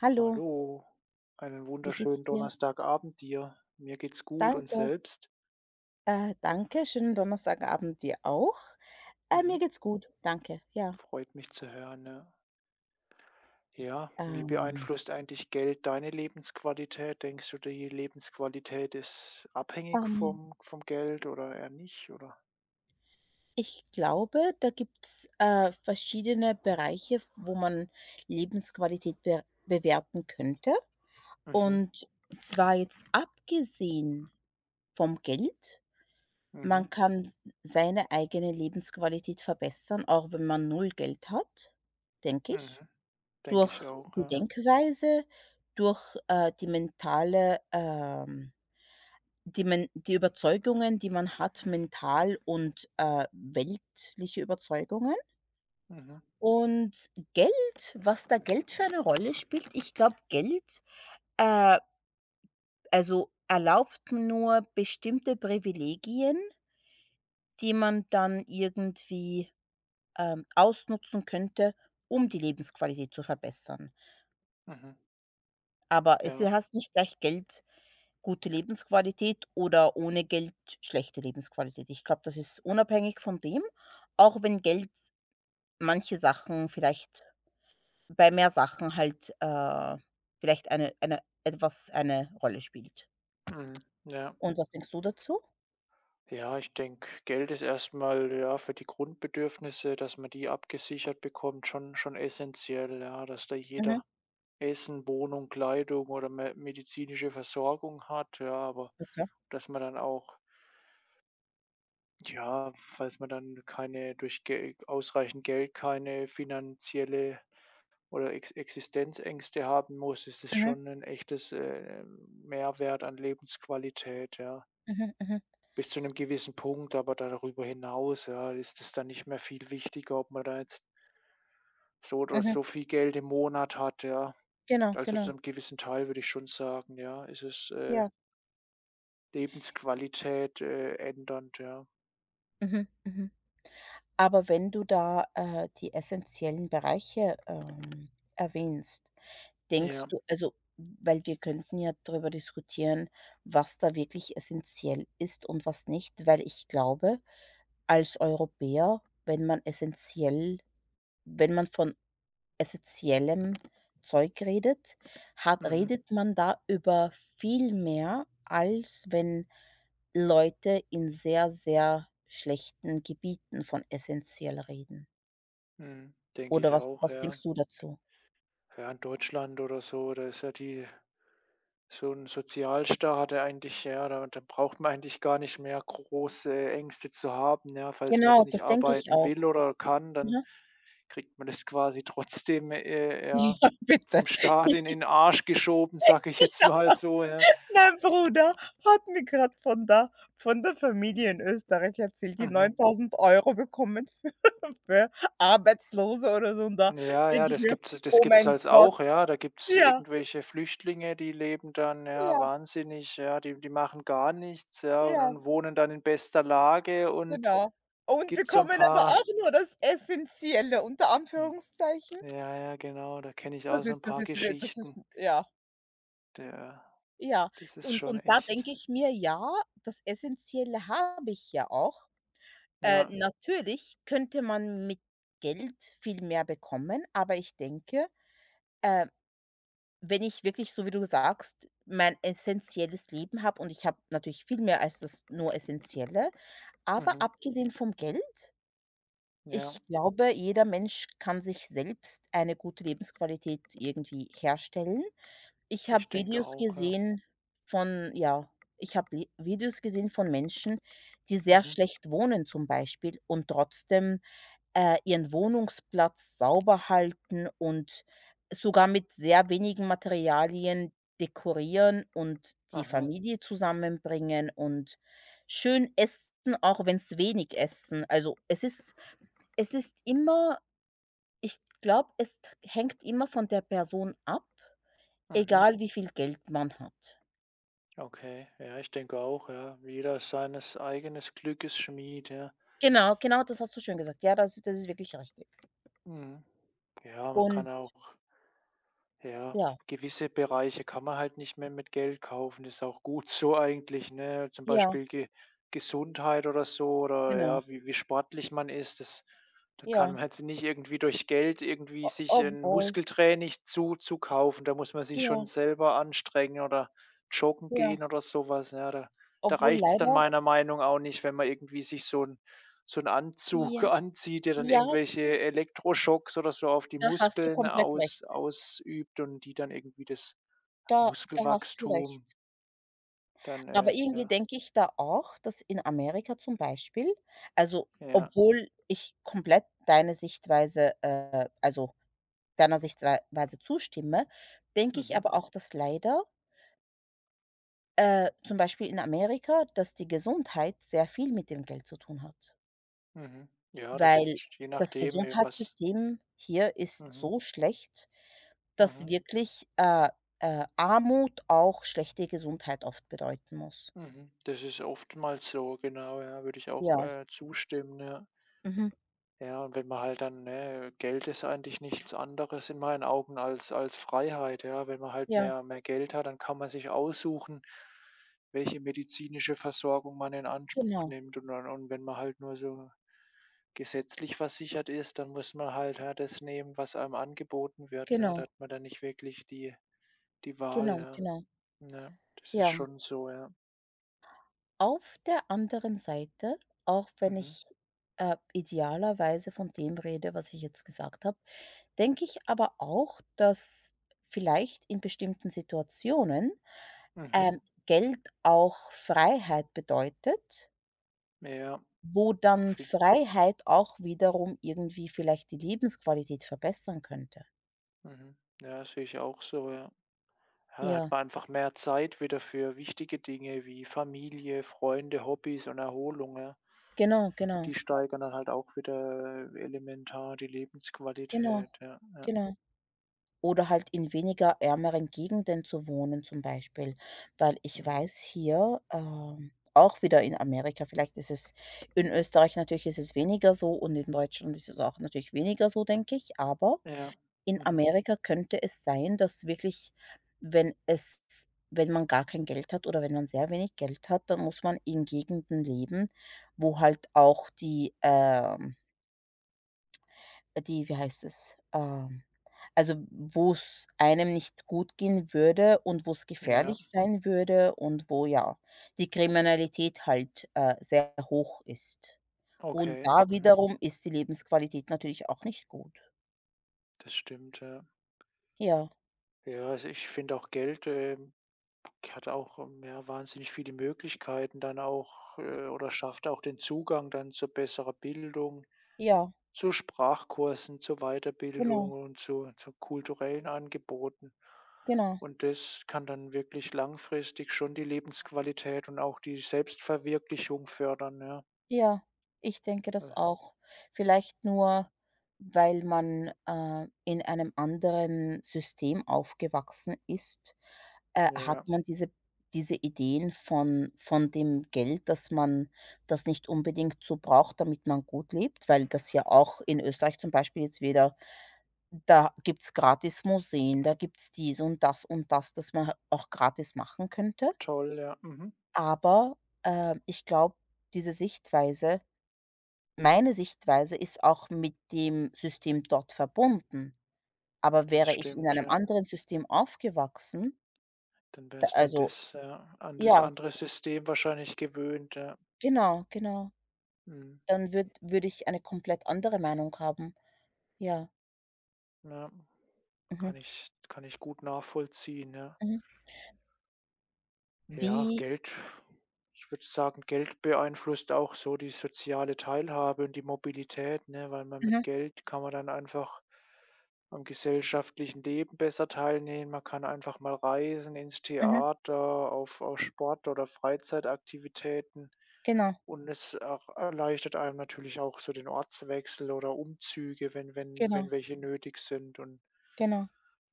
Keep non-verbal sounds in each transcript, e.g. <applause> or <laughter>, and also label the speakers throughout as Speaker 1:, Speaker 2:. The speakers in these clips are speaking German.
Speaker 1: Hallo,
Speaker 2: Hallo, einen
Speaker 1: wie geht's
Speaker 2: wunderschönen
Speaker 1: dir?
Speaker 2: Donnerstagabend dir. Mir geht's gut und
Speaker 1: Danke.
Speaker 2: selbst?
Speaker 1: Danke, schönen Donnerstagabend dir auch. Mir
Speaker 2: Mhm.
Speaker 1: geht's gut, danke, ja.
Speaker 2: Freut mich zu hören, ja. Ja, wie
Speaker 1: Ähm,
Speaker 2: beeinflusst eigentlich Geld deine Lebensqualität? Denkst du, die Lebensqualität ist abhängig
Speaker 1: ähm,
Speaker 2: vom Geld oder eher nicht, oder?
Speaker 1: Ich glaube, da gibt's verschiedene Bereiche, wo man Lebensqualität be bewerten könnte.
Speaker 2: Mhm,
Speaker 1: Und zwar jetzt abgesehen vom Geld.
Speaker 2: mhm,
Speaker 1: Man kann s seine eigene Lebensqualität verbessern, auch wenn man null Geld hat, denke ich.
Speaker 2: mhm. Denke ich
Speaker 1: Durch
Speaker 2: auch,
Speaker 1: die
Speaker 2: ja.
Speaker 1: Denkweise, durch die mentale, die men die Überzeugungen, die man hat, mental und weltliche Überzeugungen.
Speaker 2: Mhm,
Speaker 1: Und Geld was da Geld für eine Rolle spielt, ich glaube, Geld, äh, also erlaubt nur bestimmte Privilegien, die man dann irgendwie, ausnutzen könnte, um die Lebensqualität zu verbessern.
Speaker 2: mhm.
Speaker 1: Aber es
Speaker 2: Ja,
Speaker 1: heißt nicht gleich Geld gute Lebensqualität oder ohne Geld schlechte Lebensqualität. Ich glaube, das ist unabhängig von dem, auch wenn Geld manche Sachen vielleicht bei mehr Sachen halt vielleicht eine Rolle spielt.
Speaker 2: mhm. Ja.
Speaker 1: Und was denkst du dazu?
Speaker 2: Ja, ich denke, Geld ist erstmal ja, für die Grundbedürfnisse, dass man die abgesichert bekommt, schon essentiell, ja, dass da
Speaker 1: Mhm,
Speaker 2: jeder Essen, Wohnung, Kleidung oder me medizinische Versorgung hat, ja, aber
Speaker 1: okay.
Speaker 2: dass man dann auch ja, falls man dann keine durch Gel ausreichend Geld keine finanzielle oder Ex Existenzängste haben muss, ist es
Speaker 1: Mhm,
Speaker 2: schon 'nen echtes, Mehrwert an Lebensqualität, ja.
Speaker 1: mhm, mhm,
Speaker 2: Bis zu einem gewissen Punkt, aber darüber hinaus, ja, ist es dann nicht mehr viel wichtiger, ob man da jetzt so oder
Speaker 1: mhm.
Speaker 2: so viel Geld im Monat hat, ja.
Speaker 1: Genau,
Speaker 2: Also, zu
Speaker 1: genau.
Speaker 2: 'nem gewissen Teil würde ich schon sagen, ja, ist es,
Speaker 1: Ja.
Speaker 2: Lebensqualität, ändernd, ja.
Speaker 1: Mhm, mhm. Aber wenn du da, die essentiellen Bereiche, erwähnst, denkst
Speaker 2: Ja,
Speaker 1: du also, weil wir könnten ja darüber diskutieren, was da wirklich essentiell ist und was nicht, weil ich glaube, als Europäer, wenn man essentiell wenn man von essentiellem Zeug redet, hat
Speaker 2: mhm,
Speaker 1: redet man da über viel mehr, als wenn Leute in sehr, sehr schlechten Gebieten von essentiell reden.
Speaker 2: mhm, denke
Speaker 1: Oder
Speaker 2: ich
Speaker 1: was
Speaker 2: auch,
Speaker 1: was
Speaker 2: ja.
Speaker 1: denkst du dazu?
Speaker 2: Ja, in Deutschland oder so, da ist ja die so 'n Sozialstaat hat er eigentlich ja, da braucht man eigentlich gar nicht mehr große Ängste zu haben, ja? Falls man jetzt
Speaker 1: Genau,
Speaker 2: nicht
Speaker 1: das denke ich
Speaker 2: arbeiten
Speaker 1: auch.
Speaker 2: will oder kann, dann
Speaker 1: Mhm.
Speaker 2: kriegt man das quasi trotzdem,
Speaker 1: <laughs>
Speaker 2: ja,
Speaker 1: Ja, bitte.
Speaker 2: vom Staat in 'n Arsch geschoben, sage ich jetzt mal so, ja.
Speaker 1: Mein Bruder hat mir gerade von der Familie in Österreich erzählt, die
Speaker 2: Mhm.
Speaker 1: 9.000 Euro bekommen für für Arbeitslose oder so, und da
Speaker 2: Ja, ja,
Speaker 1: denke ich
Speaker 2: das
Speaker 1: mir:
Speaker 2: gibt's das
Speaker 1: „Oh
Speaker 2: gibt's
Speaker 1: mein
Speaker 2: halt
Speaker 1: Gott.“
Speaker 2: auch, ja. Da gibt's
Speaker 1: Ja,
Speaker 2: irgendwelche Flüchtlinge, die leben dann, ja,
Speaker 1: ja,
Speaker 2: wahnsinnig, ja, die machen gar nichts, ja, und
Speaker 1: ja,
Speaker 2: und wohnen dann in bester Lage und
Speaker 1: genau. Und
Speaker 2: gibt so 'n
Speaker 1: bekommen aber
Speaker 2: paar
Speaker 1: auch nur das Essentielle, unter
Speaker 2: hm.
Speaker 1: Anführungszeichen.
Speaker 2: Ja, ja, genau, da kenne ich auch
Speaker 1: Das
Speaker 2: so ein
Speaker 1: ist das
Speaker 2: paar
Speaker 1: ist wir das
Speaker 2: Geschichten.
Speaker 1: ist ja,
Speaker 2: Der
Speaker 1: ja.
Speaker 2: das ist schon
Speaker 1: Und da denke
Speaker 2: echt
Speaker 1: ich mir: „Ja, das Essentielle habe ich ja auch.“
Speaker 2: ja,
Speaker 1: natürlich könnte man mit Geld viel mehr bekommen, aber ich denke, äh, wenn ich wirklich, so wie du sagst, mein essentielles Leben habe, und ich habe natürlich viel mehr als das nur Essentielle, aber
Speaker 2: mhm,
Speaker 1: abgesehen vom Geld, ich
Speaker 2: ja,
Speaker 1: glaube, jeder Mensch kann sich selbst eine gute Lebensqualität irgendwie herstellen. Ich habe
Speaker 2: ich denke
Speaker 1: Videos
Speaker 2: auch, ja.
Speaker 1: gesehen von ja, ich habe Li Videos gesehen von Menschen, die sehr
Speaker 2: Mhm,
Speaker 1: schlecht wohnen zum Beispiel und trotzdem, ihren Wohnungsplatz sauber halten und sogar mit sehr wenigen Materialien dekorieren und die
Speaker 2: aha,
Speaker 1: Familie zusammenbringen und schön essen, auch wenn es wenig essen. Also, es ist immer, ich glaube, es t hängt immer von der Person ab,
Speaker 2: mhm,
Speaker 1: egal wie viel Geld man hat.
Speaker 2: okay. Ja, ich denke auch, ja. Jeder seines eigenes Glückes Schmied, ja.
Speaker 1: Genau, genau, das hast du schön gesagt. Ja, das das ist wirklich richtig.
Speaker 2: Mhm. Ja, man
Speaker 1: Und
Speaker 2: kann auch ja,
Speaker 1: ja,
Speaker 2: gewisse Bereiche kann man halt nicht mehr mit Geld kaufen, ist auch gut <laughs> so eigentlich, ne? Zum
Speaker 1: ja,
Speaker 2: Beispiel Ge Gesundheit oder so oder
Speaker 1: genau,
Speaker 2: ja, wie sportlich man ist, das da kann
Speaker 1: ja,
Speaker 2: man jetzt nicht irgendwie durch Geld irgendwie sich ein
Speaker 1: obwohl
Speaker 2: Muskeltraining zu kaufen. Da muss man sich
Speaker 1: ja,
Speaker 2: schon selber anstrengen oder joggen
Speaker 1: ja,
Speaker 2: gehen oder sowas ja. Da da
Speaker 1: obwohl
Speaker 2: reicht's dann
Speaker 1: leider
Speaker 2: meiner Meinung auch nicht, wenn man irgendwie sich so 'n
Speaker 1: ja,
Speaker 2: Anzug <laughs> anzieht, der dann
Speaker 1: ja,
Speaker 2: irgendwelche Elektroschocks oder so auf die
Speaker 1: da hast du
Speaker 2: Muskeln
Speaker 1: komplett recht.
Speaker 2: ausübt und die dann irgendwie das
Speaker 1: Da da hast du recht.
Speaker 2: Muskelwachstum dann,
Speaker 1: Aber irgendwie
Speaker 2: ja,
Speaker 1: denke ich da auch, dass in Amerika zum Beispiel also,
Speaker 2: ja,
Speaker 1: obwohl ich komplett deine Sichtweise, also deiner Sichtweise zustimme, denke ich
Speaker 2: mhm,
Speaker 1: aber auch, dass leider, zum Beispiel in Amerika, dass die Gesundheit sehr viel mit dem Geld zu tun hat.
Speaker 2: mhm. Ja, das
Speaker 1: Weil
Speaker 2: je
Speaker 1: das
Speaker 2: nachdem, was
Speaker 1: Gesundheitssystem hier ist
Speaker 2: mhm,
Speaker 1: so schlecht, dass
Speaker 2: mhm,
Speaker 1: wirklich, Armut auch schlechte Gesundheit oft bedeuten muss.
Speaker 2: mhm. Das ist oftmals so, genau, ja, würde ich auch,
Speaker 1: Ja,
Speaker 2: zustimmen, ja.
Speaker 1: mhm,
Speaker 2: Ja, und wenn man halt dann ne, Geld ist eigentlich nichts anderes in meinen Augen als als Freiheit, ja. Wenn man halt
Speaker 1: ja,
Speaker 2: mehr Geld hat, dann kann man sich aussuchen, welche medizinische Versorgung man in Anspruch
Speaker 1: genau,
Speaker 2: nimmt. Und dann und wenn man halt nur so gesetzlich versichert ist, dann muss man halt, ja, das nehmen, was einem angeboten wird, ja. Da
Speaker 1: genau,
Speaker 2: hat man dann nicht wirklich die Wahl,
Speaker 1: genau,
Speaker 2: ja.
Speaker 1: genau,
Speaker 2: Ja, das ist
Speaker 1: ja.
Speaker 2: schon so, ja.
Speaker 1: Auf der anderen Seite, auch wenn
Speaker 2: Mhm.
Speaker 1: ich, idealerweise von dem rede, was ich jetzt gesagt habe, denke ich aber auch, dass vielleicht in bestimmten Situationen,
Speaker 2: Mhm.
Speaker 1: ähm, Geld auch Freiheit bedeutet,
Speaker 2: Ja,
Speaker 1: wo
Speaker 2: ja,
Speaker 1: dann
Speaker 2: auf je
Speaker 1: Freiheit auch wiederum irgendwie vielleicht die Lebensqualität verbessern könnte.
Speaker 2: mhm. Ja, sehe ich auch so, ja. Ja, da hat
Speaker 1: Ja,
Speaker 2: man einfach mehr Zeit wieder für wichtige Dinge wie Familie, Freunde, Hobbys und Erholung, ja.
Speaker 1: genau, genau,
Speaker 2: Die steigern dann halt auch wieder elementar die
Speaker 1: genau,
Speaker 2: Lebensqualität, ja, ja.
Speaker 1: genau. Oder halt in weniger ärmeren Gegenden zu wohnen zum Beispiel, weil ich
Speaker 2: Mhm.
Speaker 1: weiß hier, auch wieder in Amerika, vielleicht ist es in Österreich, natürlich ist es weniger so, und in Deutschland ist es auch natürlich weniger so, denke ich, aber
Speaker 2: Ja.
Speaker 1: in
Speaker 2: Mhm.
Speaker 1: Amerika könnte es sein, dass wirklich, wenn man gar kein Geld hat oder wenn man sehr wenig Geld hat, dann muss man in Gegenden leben, wo halt auch die, wie heißt es? Also, wo es einem nicht gut gehen würde und wo es
Speaker 2: Ja,
Speaker 1: gefährlich sein würde und wo, ja, die Kriminalität halt sehr hoch ist. Und
Speaker 2: okay.
Speaker 1: da
Speaker 2: Mhm.
Speaker 1: wiederum ist die Lebensqualität natürlich auch nicht gut.
Speaker 2: Das stimmt, ja.
Speaker 1: Ja,
Speaker 2: Ja, also ich finde auch Geld, ich hatte auch, ja, wahnsinnig viele Möglichkeiten dann auch, oder schaffte auch den Zugang dann zu besserer Bildung,
Speaker 1: ja,
Speaker 2: zu Sprachkursen, zu Weiterbildung
Speaker 1: genau,
Speaker 2: und zu kulturellen Angeboten.
Speaker 1: genau.
Speaker 2: Und das kann dann wirklich langfristig schon die Lebensqualität und auch die Selbstverwirklichung fördern, ja.
Speaker 1: Ja, ich denke das
Speaker 2: Äh,
Speaker 1: auch. Vielleicht nur, weil man, in einem anderen System aufgewachsen ist, hat
Speaker 2: ja,
Speaker 1: man diese Ideen von dem Geld, dass man das nicht unbedingt so braucht, damit man gut lebt, weil das ja auch in Österreich zum Beispiel jetzt wieder, da gibt's gratis Museen, da gibt's dies und das, das man auch gratis machen könnte.
Speaker 2: toll, ja, mhm.
Speaker 1: Aber, ich glaube, diese Sichtweise meine Sichtweise ist auch mit dem System dort verbunden. Aber
Speaker 2: Das
Speaker 1: wäre ich in
Speaker 2: stimmt,
Speaker 1: einem
Speaker 2: ja.
Speaker 1: anderen System aufgewachsen,
Speaker 2: Dann
Speaker 1: da
Speaker 2: wärst dann
Speaker 1: also
Speaker 2: das, ja an das
Speaker 1: ja,
Speaker 2: andere System wahrscheinlich gewöhnt, ja.
Speaker 1: genau, genau,
Speaker 2: Mhm,
Speaker 1: dann würd würde würd ich eine komplett andere Meinung haben. Ja,
Speaker 2: ja.
Speaker 1: mhm,
Speaker 2: Kann ich gut nachvollziehen, ja.
Speaker 1: mhm.
Speaker 2: Ja,
Speaker 1: Wie
Speaker 2: Geld ich würde sagen, Geld beeinflusst auch so die soziale Teilhabe und die Mobilität, ne, weil man mit
Speaker 1: mhm,
Speaker 2: Geld kann man dann einfach am gesellschaftlichen Leben besser teilnehmen. Man kann einfach mal reisen ins
Speaker 1: mhm,
Speaker 2: Theater, auf Sport oder Freizeitaktivitäten
Speaker 1: genau,
Speaker 2: und es auch erleichtert einem natürlich auch so den Ortswechsel oder Umzüge, wenn wenn
Speaker 1: genau,
Speaker 2: wenn welche nötig sind und
Speaker 1: genau.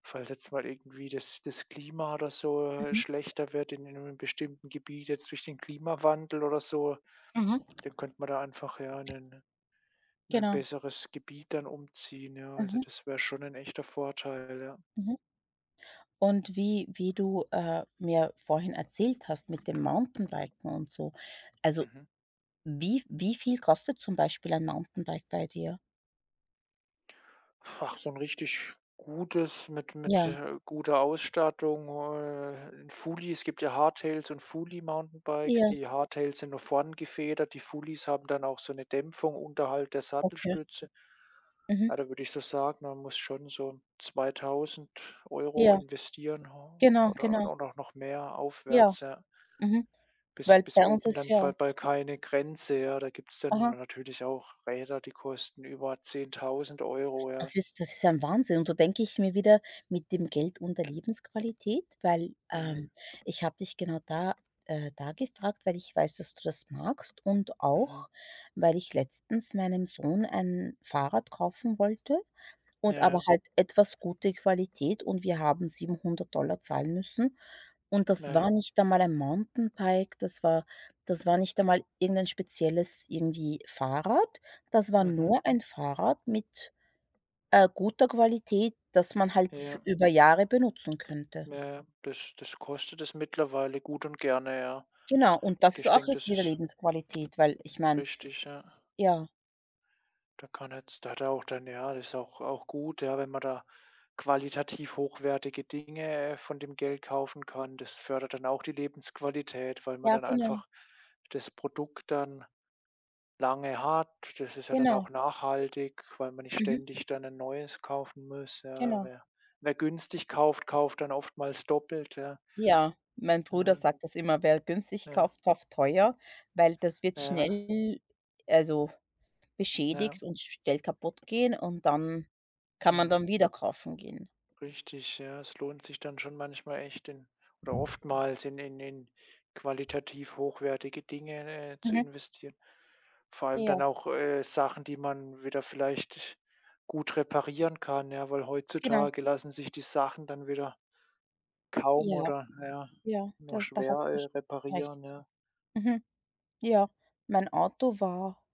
Speaker 2: falls jetzt mal irgendwie das Klima oder so,
Speaker 1: Mhm,
Speaker 2: schlechter wird in 'nem bestimmten Gebiet jetzt durch den Klimawandel oder so,
Speaker 1: mhm,
Speaker 2: dann könnte man da einfach, ja, 'nen ein in ein
Speaker 1: genau,
Speaker 2: besseres Gebiet dann umziehen, ja. Also,
Speaker 1: mhm,
Speaker 2: das wäre schon ein echter Vorteil, ja.
Speaker 1: mhm. Und wie du, mir vorhin erzählt hast mit dem Mountainbiken und so. Also,
Speaker 2: Mhm.
Speaker 1: wie viel kostet zum Beispiel ein Mountainbike bei dir?
Speaker 2: Ach, so 'n richtig gutes mit
Speaker 1: Ja,
Speaker 2: mit, guter Ausstattung, 'n Fully. Es gibt ja Hardtails und Fully-Mountainbikes.
Speaker 1: ja,
Speaker 2: Die Hardtails sind nach vorn gefedert, die Fullys haben dann auch so 'ne Dämpfung unterhalb der
Speaker 1: okay.
Speaker 2: Sattelstütze.
Speaker 1: Mhm.
Speaker 2: Ja, da würde ich so sagen, man muss schon so 2.000 Euro
Speaker 1: Ja,
Speaker 2: investieren
Speaker 1: genau,
Speaker 2: oder
Speaker 1: genau.
Speaker 2: auch noch mehr
Speaker 1: Ja,
Speaker 2: aufwärts, ja.
Speaker 1: mhm.
Speaker 2: Bis
Speaker 1: Weil
Speaker 2: bis
Speaker 1: bei uns
Speaker 2: oben
Speaker 1: ist
Speaker 2: dann
Speaker 1: ja
Speaker 2: bei keine Grenze, ja. Da gibt's dann
Speaker 1: aha.
Speaker 2: natürlich auch Räder, die kosten über 10.000 Euro ja.
Speaker 1: Das ist ja ein Wahnsinn, und da denke ich mir wieder mit dem Geld und der Lebensqualität, weil,
Speaker 2: Mhm.
Speaker 1: ich habe dich genau da da gefragt, weil ich weiß, dass du das magst und
Speaker 2: Mhm.
Speaker 1: auch, weil ich letztens meinem Sohn ein Fahrrad kaufen wollte, und aber
Speaker 2: Ja,
Speaker 1: halt etwas gute Qualität, und wir haben 700 zahlen müssen. Und das war
Speaker 2: ja,
Speaker 1: nicht einmal ein Mountainbike, das war nicht einmal irgendein spezielles irgendwie Fahrrad. Das war
Speaker 2: mhm.
Speaker 1: nur ein Fahrrad mit, guter Qualität, das man halt f
Speaker 2: Ja,
Speaker 1: über Jahre benutzen könnte.
Speaker 2: ja, das das kostet es mittlerweile gut und gerne, ja.
Speaker 1: Genau, und das ist
Speaker 2: Ich
Speaker 1: auch
Speaker 2: denke,
Speaker 1: jetzt
Speaker 2: das
Speaker 1: wieder
Speaker 2: ist
Speaker 1: Lebensqualität, weil ich meine
Speaker 2: richtig, ja.
Speaker 1: ja,
Speaker 2: Da kann jetzt da hat er auch dann ja, das ist auch gut, ja, wenn man da qualitativ hochwertige Dinge, von dem Geld kaufen kann. Das fördert dann auch die Lebensqualität, weil man
Speaker 1: ja,
Speaker 2: dann
Speaker 1: genau,
Speaker 2: einfach das Produkt dann lange hat. Das ist ja dann
Speaker 1: genau.
Speaker 2: auch nachhaltig, weil man nicht
Speaker 1: Mhm,
Speaker 2: ständig dann ein neues kaufen muss, ja.
Speaker 1: genau.
Speaker 2: Wer günstig kauft, kauft dann oftmals doppelt, ja.
Speaker 1: Ja, mein Bruder
Speaker 2: Mhm.
Speaker 1: sagt das immer: „Wer günstig
Speaker 2: Ja,
Speaker 1: kauft, kauft teuer“, weil das wird
Speaker 2: ja,
Speaker 1: schnell, also,
Speaker 2: ja.
Speaker 1: beschädigt und schnell kaputt gehen, und dann kann man
Speaker 2: Mhm.
Speaker 1: dann wieder kaufen gehen.
Speaker 2: Richtig, ja. Es lohnt sich dann schon manchmal echt in oder oftmals in qualitativ hochwertige Dinge, zu
Speaker 1: Mhm.
Speaker 2: investieren. Vor allem dann
Speaker 1: Ja,
Speaker 2: auch, Sachen, die man wieder vielleicht gut reparieren kann, ja, weil
Speaker 1: genau.
Speaker 2: heutzutage lassen sich die Sachen dann wieder kaum
Speaker 1: Ja,
Speaker 2: oder ja,
Speaker 1: ja,
Speaker 2: nur
Speaker 1: das da
Speaker 2: schwer,
Speaker 1: hast du sch recht.
Speaker 2: reparieren, ja.
Speaker 1: Mhm. Ja, mein Auto war,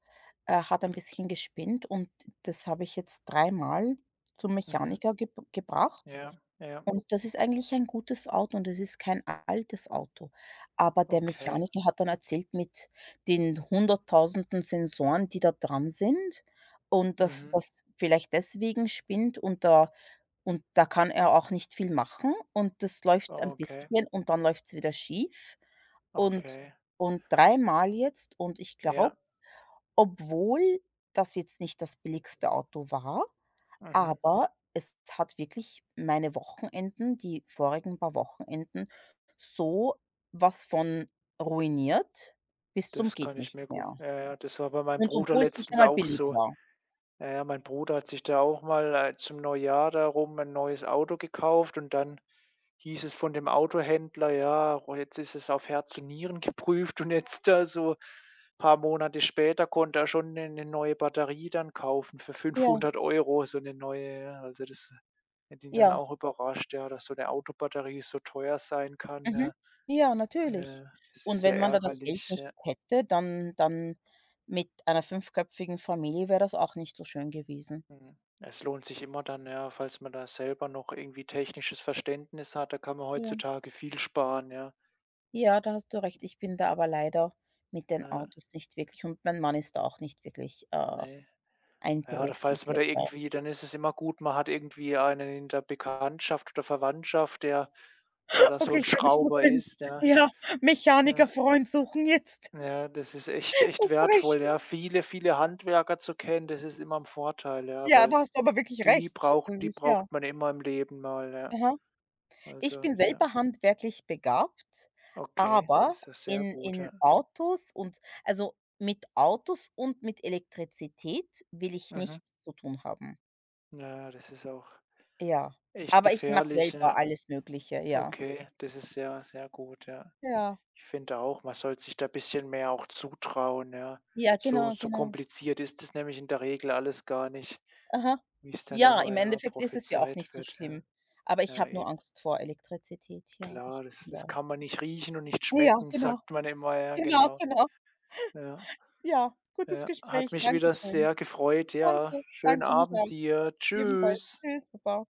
Speaker 1: hat ein bisschen gespinnt, und das habe ich jetzt dreimal zum
Speaker 2: Mhm.
Speaker 1: Mechaniker gebracht.
Speaker 2: Ja, ja,
Speaker 1: Und das ist eigentlich ein gutes Auto, und es ist kein altes Auto. Aber der
Speaker 2: okay.
Speaker 1: Mechaniker hat dann erzählt mit den Hunderttausenden Sensoren, die da dran sind, und dass
Speaker 2: Mhm.
Speaker 1: das vielleicht deswegen spinnt, und da kann er auch nicht viel machen, und das läuft ein
Speaker 2: Okay,
Speaker 1: bisschen und dann läuft es wieder schief, und
Speaker 2: okay.
Speaker 1: dreimal jetzt, und ich glaube,
Speaker 2: Ja,
Speaker 1: obwohl das jetzt nicht das billigste Auto war,
Speaker 2: mhm.
Speaker 1: aber es hat wirklich meine Wochenenden, die vorigen paar Wochenenden, so was von ruiniert bis zum
Speaker 2: Das
Speaker 1: geht
Speaker 2: kann ich
Speaker 1: nicht
Speaker 2: mir gut
Speaker 1: mehr.
Speaker 2: ja, ja, das war bei meinem
Speaker 1: Und
Speaker 2: Bruder
Speaker 1: obwohl es nicht
Speaker 2: letztens
Speaker 1: einmal
Speaker 2: auch
Speaker 1: billig
Speaker 2: so.
Speaker 1: war.
Speaker 2: Ja, ja, mein Bruder hat sich da auch mal, zum Neujahr darum ein neues Auto gekauft und dann hieß es von dem Autohändler: „Ja, oh, jetzt ist es auf Herz und Nieren geprüft“, und jetzt da so ein paar Monate später konnte er schon eine neue Batterie dann kaufen für
Speaker 1: Ja,
Speaker 2: 500 Euro so eine neue, ja. Also, das hat ihn dann
Speaker 1: ja,
Speaker 2: auch überrascht, ja, dass so eine Autobatterie so teuer sein kann,
Speaker 1: mhm.
Speaker 2: ja.
Speaker 1: Ja, natürlich.
Speaker 2: Ja, das
Speaker 1: Und
Speaker 2: ist
Speaker 1: wenn
Speaker 2: sehr
Speaker 1: man da das Geld
Speaker 2: ärgerlich,
Speaker 1: nicht
Speaker 2: ja.
Speaker 1: hätte, dann dann mit einer fünfköpfigen Familie wäre das auch nicht so schön gewesen.
Speaker 2: Mhm. Es lohnt sich immer dann, ja, falls man da selber noch irgendwie technisches Verständnis hat, da kann man
Speaker 1: Ja.
Speaker 2: heutzutage viel sparen, ja.
Speaker 1: Ja, da hast du recht. Ich bin da aber leider mit den
Speaker 2: Ja,
Speaker 1: Autos nicht wirklich, und mein Mann ist da auch nicht wirklich,
Speaker 2: ne.
Speaker 1: ein
Speaker 2: Ja, oder
Speaker 1: Profi
Speaker 2: falls man
Speaker 1: hier
Speaker 2: da
Speaker 1: oder
Speaker 2: irgendwie dann ist es immer gut, man hat irgendwie einen in der Bekanntschaft oder Verwandtschaft, der da so
Speaker 1: okay,
Speaker 2: ein
Speaker 1: ich glaube, ich muss
Speaker 2: Schrauber
Speaker 1: mir <laughs> 'n,
Speaker 2: ist, ja.
Speaker 1: ja,
Speaker 2: Ja,
Speaker 1: Mechanikerfreund suchen jetzt.
Speaker 2: ja, das ist echt
Speaker 1: <laughs>
Speaker 2: echt
Speaker 1: Hast du recht.
Speaker 2: wertvoll, ja. Viele, viele Handwerker zu kennen, das ist immer ein Vorteil, ja,
Speaker 1: Ja,
Speaker 2: weil
Speaker 1: da hast du aber wirklich
Speaker 2: die
Speaker 1: recht.
Speaker 2: braucht
Speaker 1: Das
Speaker 2: die
Speaker 1: ist ja
Speaker 2: braucht man immer im Leben mal, ja.
Speaker 1: aha. Ich
Speaker 2: Also,
Speaker 1: bin
Speaker 2: ja.
Speaker 1: selber handwerklich begabt,
Speaker 2: Okay,
Speaker 1: aber
Speaker 2: ist ja sehr
Speaker 1: in
Speaker 2: gut,
Speaker 1: in
Speaker 2: ja.
Speaker 1: Autos und also, mit Autos und mit Elektrizität will ich
Speaker 2: Mhm.
Speaker 1: nichts zu tun haben.
Speaker 2: Ja, das ist auch
Speaker 1: Ja,
Speaker 2: echt
Speaker 1: aber ich mache
Speaker 2: gefährlich,
Speaker 1: selber
Speaker 2: ja.
Speaker 1: alles Mögliche, ja.
Speaker 2: Okay, das ist sehr, sehr gut, ja.
Speaker 1: Ja,
Speaker 2: Ich finde auch, man sollte sich da ein bisschen mehr auch zutrauen, ja.
Speaker 1: ja,
Speaker 2: So
Speaker 1: genau,
Speaker 2: so
Speaker 1: genau.
Speaker 2: kompliziert ist das nämlich in der Regel alles gar nicht,
Speaker 1: Aha.
Speaker 2: wie es dann
Speaker 1: Ja,
Speaker 2: immer,
Speaker 1: im
Speaker 2: ja,
Speaker 1: Endeffekt ist es ja auch
Speaker 2: prophezeit
Speaker 1: nicht so
Speaker 2: wird, ja.
Speaker 1: schlimm. Aber ich
Speaker 2: Ja,
Speaker 1: habe nur
Speaker 2: eben,
Speaker 1: Angst vor Elektrizität, ja. Ich
Speaker 2: klar, das das
Speaker 1: ja.
Speaker 2: kann man nicht riechen und nicht
Speaker 1: Ja,
Speaker 2: schmecken, <laughs>
Speaker 1: genau.
Speaker 2: sagt man immer, ja,
Speaker 1: Genau,
Speaker 2: genau.
Speaker 1: genau.
Speaker 2: Ja,
Speaker 1: Ja, gutes
Speaker 2: ja. Hat
Speaker 1: Gespräch.
Speaker 2: mich wieder
Speaker 1: Dankeschön.
Speaker 2: sehr gefreut, ja.
Speaker 1: Danke,
Speaker 2: Schönen
Speaker 1: danke,
Speaker 2: Abend
Speaker 1: Michael, auch.
Speaker 2: dir.
Speaker 1: Ebenfalls.
Speaker 2: Tschüss.
Speaker 1: Tschüss, baba.